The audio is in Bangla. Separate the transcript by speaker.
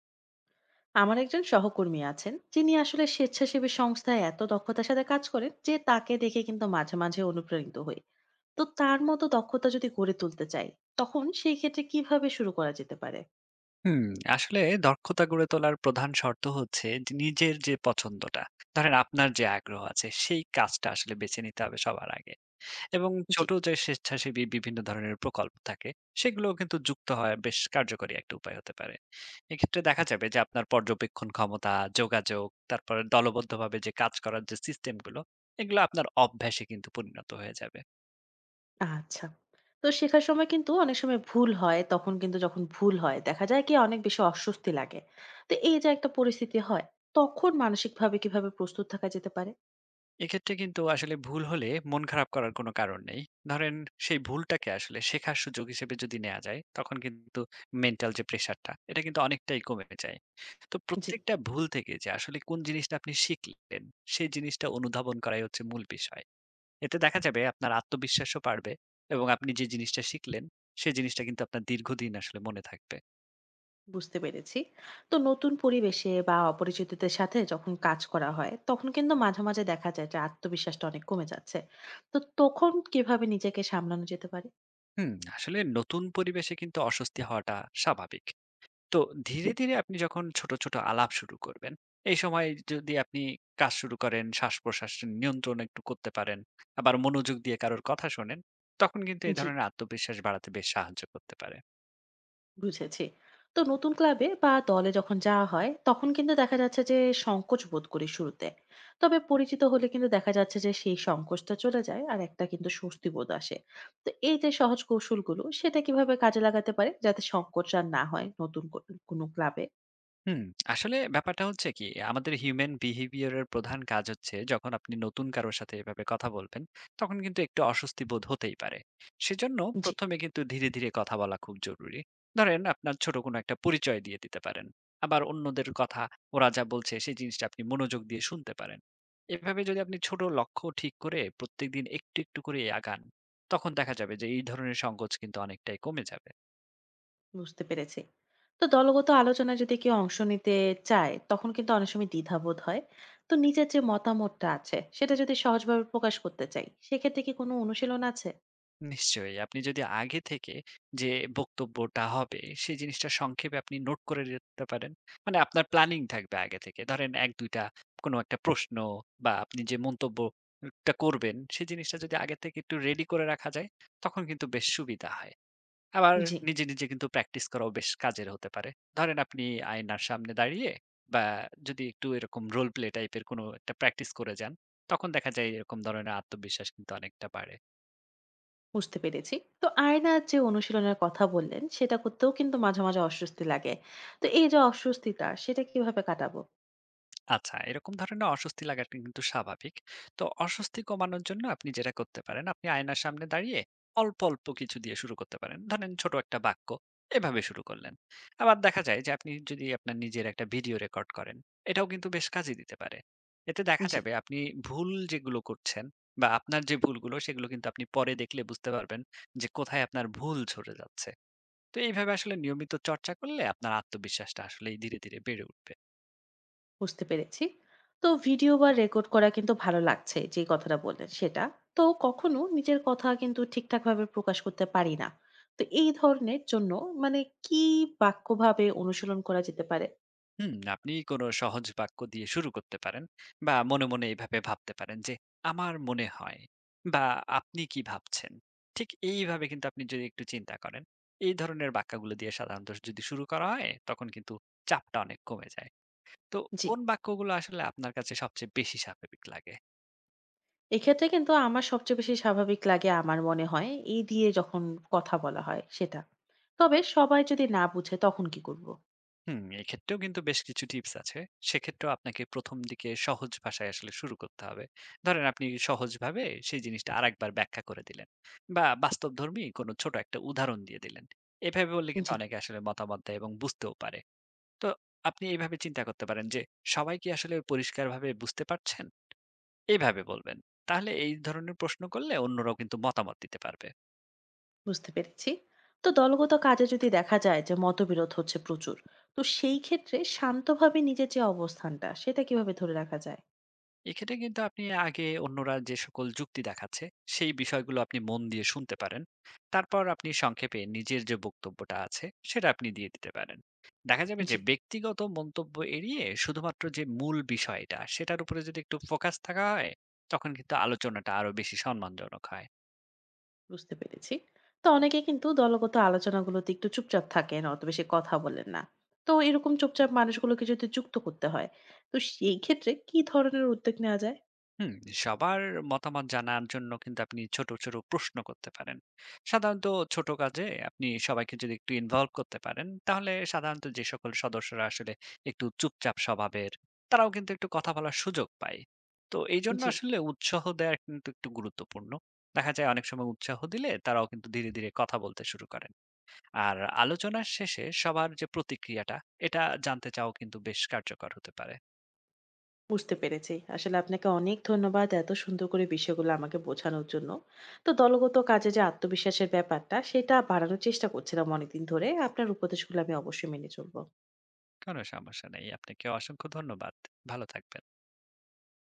Speaker 1: আমার একজন সহকর্মী আছেন যিনি আসলে স্বেচ্ছাসেবী সংস্থায় এত দক্ষতার সাথে কাজ করেন যে তাকে দেখে কিন্তু মাঝে মাঝে অনুপ্রাণিত হই। তো তার মতো দক্ষতা যদি গড়ে তুলতে চাই, তখন সেই ক্ষেত্রে কিভাবে শুরু করা যেতে পারে?
Speaker 2: হুম, আসলে দক্ষতা গড়ে তোলার প্রধান শর্ত হচ্ছে যে নিজের যে পছন্দটা ধরেন আপনার যে আগ্রহ আছে সেই কাজটা আসলে বেছে নিতে হবে সবার আগে। এবং
Speaker 1: জি।
Speaker 2: ছোট যে স্বেচ্ছাসেবী বিভিন্ন ধরনের প্রকল্প থাকে সেগুলো কিন্তু যুক্ত হয় বেশ কার্যকরী একটা উপায় হতে পারে। এক্ষেত্রে দেখা যাবে যে আপনার পর্যবেক্ষণ ক্ষমতা, যোগাযোগ, তারপরে দলবদ্ধভাবে যে কাজ করার যে সিস্টেমগুলো, এগুলো আপনার অভ্যাসে কিন্তু পরিণত হয়ে যাবে।
Speaker 1: আচ্ছা, তো শেখার সময় কিন্তু অনেক সময় ভুল হয়, তখন কিন্তু যখন ভুল হয় দেখা যায় কি অনেক বেশি অস্বস্তি লাগে। তো এই যে একটা পরিস্থিতি হয়, তখন মানসিকভাবে কিভাবে প্রস্তুত থাকা যেতে পারে?
Speaker 2: এক্ষেত্রে কিন্তু আসলে ভুল হলে মন খারাপ করার কোনো কারণ নেই। ধরেন সেই ভুলটাকে আসলে শেখার সুযোগ হিসেবে যদি নেয়া যায়, তখন কিন্তু মেন্টাল যে প্রেশারটা, এটা কিন্তু অনেকটাই কমে যায়। তো
Speaker 1: জি,
Speaker 2: প্রত্যেকটা ভুল থেকে যে আসলে কোন জিনিসটা আপনি শিখলেন, সেই জিনিসটা অনুধাবন করাই হচ্ছে মূল বিষয়। এতে দেখা যাবে আপনার আত্মবিশ্বাসও বাড়বে এবং আপনি যে জিনিসটা শিখলেন, সেই জিনিসটা কিন্তু আপনার দীর্ঘদিন আসলে মনে থাকবে।
Speaker 1: বুঝতে পেরেছি। তো নতুন পরিবেশে বা অপরিচিতদের সাথে যখন কাজ করা হয়, তখন কিন্তু মাঝে মাঝে দেখা যায় যে আত্মবিশ্বাসটা অনেক কমে যাচ্ছে। তো তখন কিভাবে নিজেকে সামলানো যেতে পারে?
Speaker 2: আসলে নতুন পরিবেশে কিন্তু অস্বস্তি হওয়াটা স্বাভাবিক। তো ধীরে, ধীরে আপনি যখন ছোট, ছোট আলাপ শুরু করবেন, এই সময় যদি আপনি কাজ শুরু করেন, শ্বাসপ্রশ্বাস নিয়ন্ত্রণ একটু করতে পারেন, আবার মনোযোগ দিয়ে কারোর কথা শোনেন, তখন কিন্তু এই
Speaker 1: জি,
Speaker 2: ধরনের আত্মবিশ্বাস বাড়াতে বেশ সাহায্য করতে পারে।
Speaker 1: বুঝেছি। তো নতুন ক্লাবে বা দলে যখন যাওয়া হয়, তখন কিন্তু দেখা যাচ্ছে যে সংকোচ বোধ করি শুরুতে। তবে পরিচিত হলে কিন্তু দেখা যাচ্ছে যে সেই সংকোচটা চলে যায় আর একটা কিন্তু স্বস্তি বোধ আসে। তো এই যে সহজ কৌশলগুলো, সেটা কিভাবে কাজে লাগাতে পারে যাতে সংকোচ আর না হয় নতুন কোনো ক্লাবে?
Speaker 2: হুম, আসলে ব্যাপারটা হচ্ছে কি, আমাদের হিউম্যান বিহেভিয়ার এর প্রধান কাজ হচ্ছে যখন আপনি নতুন কারো সাথে এভাবে কথা বলবেন, তখন কিন্তু একটু অস্বস্তি বোধ হতেই পারে। সেজন্য
Speaker 1: জি,
Speaker 2: ১ম এ কিন্তু ধীরে, ধীরে কথা বলা খুব জরুরি। ধরেন আপনার ছোট কোনো একটা পরিচয় দিয়ে দিতে পারেন। আবার অন্যদের কথা ওরা যা বলছে সেই জিনিসটা আপনি মনোযোগ দিয়ে শুনতে পারেন। এভাবে যদি আপনি ছোট লক্ষ্য ঠিক করে প্রত্যেকদিন একটু, একটু করে আগান, তখন দেখা যাবে যে এই ধরনের সংকোচ কিন্তু অনেকটাই কমে যাবে।
Speaker 1: বুঝতে পেরেছি। তো দলগত আলোচনায় যদি কেউ অংশ নিতে চায়, তখন কিন্তু অনেক সময় দ্বিধাবোধ হয়। তো নিজের যে মতামতটা আছে, সেটা যদি সহজভাবে প্রকাশ করতে চাই, সেক্ষেত্রে কি কোনো অনুশীলন আছে?
Speaker 2: নিশ্চয়ই। আপনি যদি আগে থেকে যে বক্তব্যটা হবে, সেই জিনিসটা সংক্ষেপে আপনি নোট করে রাখতে পারেন। মানে আপনার প্ল্যানিং থাকবে আগে থেকে। ধরেন ১-২ টা কোনো একটা প্রশ্ন বা আপনি যে মন্তব্যটা করবেন, সেই জিনিসটা যদি আগে থেকে একটু রেডি করে রাখা যায়, তখন কিন্তু বেশ সুবিধা হয়। আবার
Speaker 1: জি,
Speaker 2: নিজে, নিজে কিন্তু প্র্যাকটিস করাও বেশ কাজের হতে পারে। ধরেন আপনি আয়নার সামনে দাঁড়িয়ে বা যদি একটু এরকম রোল প্লে টাইপের কোনো একটা প্র্যাকটিস করে যান, তখন দেখা যায় এরকম ধরনের আত্মবিশ্বাস কিন্তু অনেকটা বাড়ে।
Speaker 1: বুঝতে পেরেছি। তো আয়নার যে অনুশীলনের কথা বললেন, সেটা করতেও কিন্তু মাঝে, মাঝে অস্বস্তি লাগে। তো এই যে অস্বস্তিটা, সেটা কিভাবে কাটাবো?
Speaker 2: আচ্ছা, এরকম ধরনের অস্বস্তি লাগাটা কিন্তু স্বাভাবিক। তো অস্বস্তি কমানোর জন্য আপনি যেটা করতে পারেন, আপনি আয়নার সামনে দাঁড়িয়ে অল্প, অল্প কিছু দিয়ে শুরু করতে পারেন। ধরেন ছোট একটা বাক্য, এভাবে শুরু করলেন। আবার দেখা যায় যে আপনি যদি আপনার নিজের একটা ভিডিও রেকর্ড করেন, এটাও কিন্তু বেশ কাজে দিতে পারে। এতে দেখা
Speaker 1: জি।
Speaker 2: যাবে আপনি ভুল যেগুলো করছেন বা আপনার যে ভুলগুলো সেগুলো কিন্তু আপনি পরে দেখলে বুঝতে পারবেন যে কোথায় আপনার ভুল ঝরে যাচ্ছে। তো এইভাবে আসলে নিয়মিত চর্চা করলে আপনার আত্মবিশ্বাসটা আসলেই ধীরে, ধীরে বেড়ে উঠবে।
Speaker 1: বুঝতে পেরেছি। তো ভিডিও বা রেকর্ড করা কিন্তু ভালো লাগছে যে কথাটা বললেন সেটা। তো কখনো নিজের কথা কিন্তু ঠিকঠাক ভাবে প্রকাশ করতে পারি না। তো এই ধরনের জন্য মানে কি বাক্যভাবে অনুশীলন করা যেতে পারে?
Speaker 2: হুম, আপনি কোনো সহজ বাক্য দিয়ে শুরু করতে পারেন বা মনে, মনে এভাবে ভাবতে পারেন যে, "আমার মনে হয়" বা "আপনি কি ভাবছেন?" ঠিক এইভাবে কিন্তু আপনি যদি একটু চিন্তা করেন, এই ধরনের বাক্যগুলো দিয়ে সাধারণত যদি শুরু করা হয়, তখন কিন্তু চাপটা অনেক কমে যায়। তো
Speaker 1: জি।
Speaker 2: কোন বাক্যগুলো আসলে আপনার কাছে সবচেয়ে বেশি স্বাভাবিক লাগে?
Speaker 1: এক্ষেত্রে কিন্তু আমার সবচেয়ে বেশি স্বাভাবিক লাগে আমার মনে হয় এই দিয়ে যখন কথা বলা হয় সেটা। তবে সবাই যদি না বুঝে তখন কি করব?
Speaker 2: হুম, এক্ষেত্রেও কিন্তু বেশ কিছু টিপস আছে। সেক্ষেত্রেও আপনাকে ১ম দিকে সহজ ভাষায় আসলে শুরু করতে হবে। ধরেন আপনি সহজভাবে সেই জিনিসটা আরেকবার ব্যাখ্যা করে দিলেন বা বাস্তবধর্মী কোনো ছোট একটা উদাহরণ দিয়ে দিলেন। এভাবে বললে কিন্তু
Speaker 1: জি,
Speaker 2: অনেকে আসলে মতামত দেয় এবং বুঝতেও পারে। তো আপনি এইভাবে চিন্তা করতে পারেন যে, সবাই কি আসলে পরিষ্কারভাবে বুঝতে পারছেন? এইভাবে বলবেন। তাহলে এই ধরনের প্রশ্ন করলে অন্যরাও কিন্তু মতামত দিতে পারবে।
Speaker 1: বুঝতে পেরেছি। তো দলগত কাজে যদি দেখা যায় যে মতবিরোধ হচ্ছে প্রচুর, তো সেই ক্ষেত্রে শান্তভাবে নিজের যে অবস্থানটা সেটা কিভাবে ধরে রাখা যায়?
Speaker 2: এক্ষেত্রে কিন্তু আপনি আগে অন্যরা যে সকল যুক্তি দেখাচ্ছে সেই বিষয়গুলো আপনি মন দিয়ে শুনতে পারেন, তারপর আপনি সংক্ষেপে নিজের যে বক্তব্যটা আছে সেটা আপনি দিয়ে দিতে পারেন। দেখা যাবে
Speaker 1: জি,
Speaker 2: যে ব্যক্তিগত মন্তব্য এড়িয়ে শুধুমাত্র যে মূল বিষয়টা সেটার উপরে যদি একটু ফোকাস থাকা হয়, তখন কিন্তু আলোচনাটা আরো বেশি সম্মানজনক হয়।
Speaker 1: বুঝতে পেরেছি। তো অনেকে কিন্তু দলগত আলোচনাগুলোতে একটু চুপচাপ থাকেন, অত বেশি কথা বলেন না। তো এরকম চুপচাপ মানুষগুলোকে যদি যুক্ত করতে হয়, তো সেই ক্ষেত্রে কি ধরনের উদ্যোগ নেওয়া যায়?
Speaker 2: হুম, সবার মতামত জানার জন্য কিন্তু আপনি ছোট, ছোট প্রশ্ন করতে পারেন। সাধারণত ছোট কাজে আপনি সবাইকে যদি একটু ইনভলভ করতে পারেন, তাহলে সাধারণত যে সকল সদস্যরা আসলে একটু চুপচাপ স্বভাবের, তারাও কিন্তু একটু কথা বলার সুযোগ পায়। তো এইজন্য
Speaker 1: জি,
Speaker 2: আসলে উৎসাহ দেওয়া কিন্তু একটু গুরুত্বপূর্ণ। দেখা যায় অনেক সময় উৎসাহ দিলে তারাও কিন্তু ধীরে, ধীরে কথা বলতে শুরু করেন। আর আলোচনার শেষে সবার যে প্রতিক্রিয়াটা, এটা জানতে চাওয়াও কিন্তু বেশ কার্যকর হতে পারে।
Speaker 1: বুঝতে পেরেছি। আসলে আপনাকে অনেক ধন্যবাদ এত সুন্দর করে বিষয়গুলো আমাকে বোঝানোর জন্য। তো দলগত কাজে যে আত্মবিশ্বাসের ব্যাপারটা, সেটা বাড়ানোর চেষ্টা করছিলাম অনেকদিন ধরে। আপনার উপদেশগুলো আমি অবশ্যই মেনে চলব।
Speaker 2: কোনো সমস্যা নেই। আপনাকেও অসংখ্য ধন্যবাদ। ভালো থাকবেন।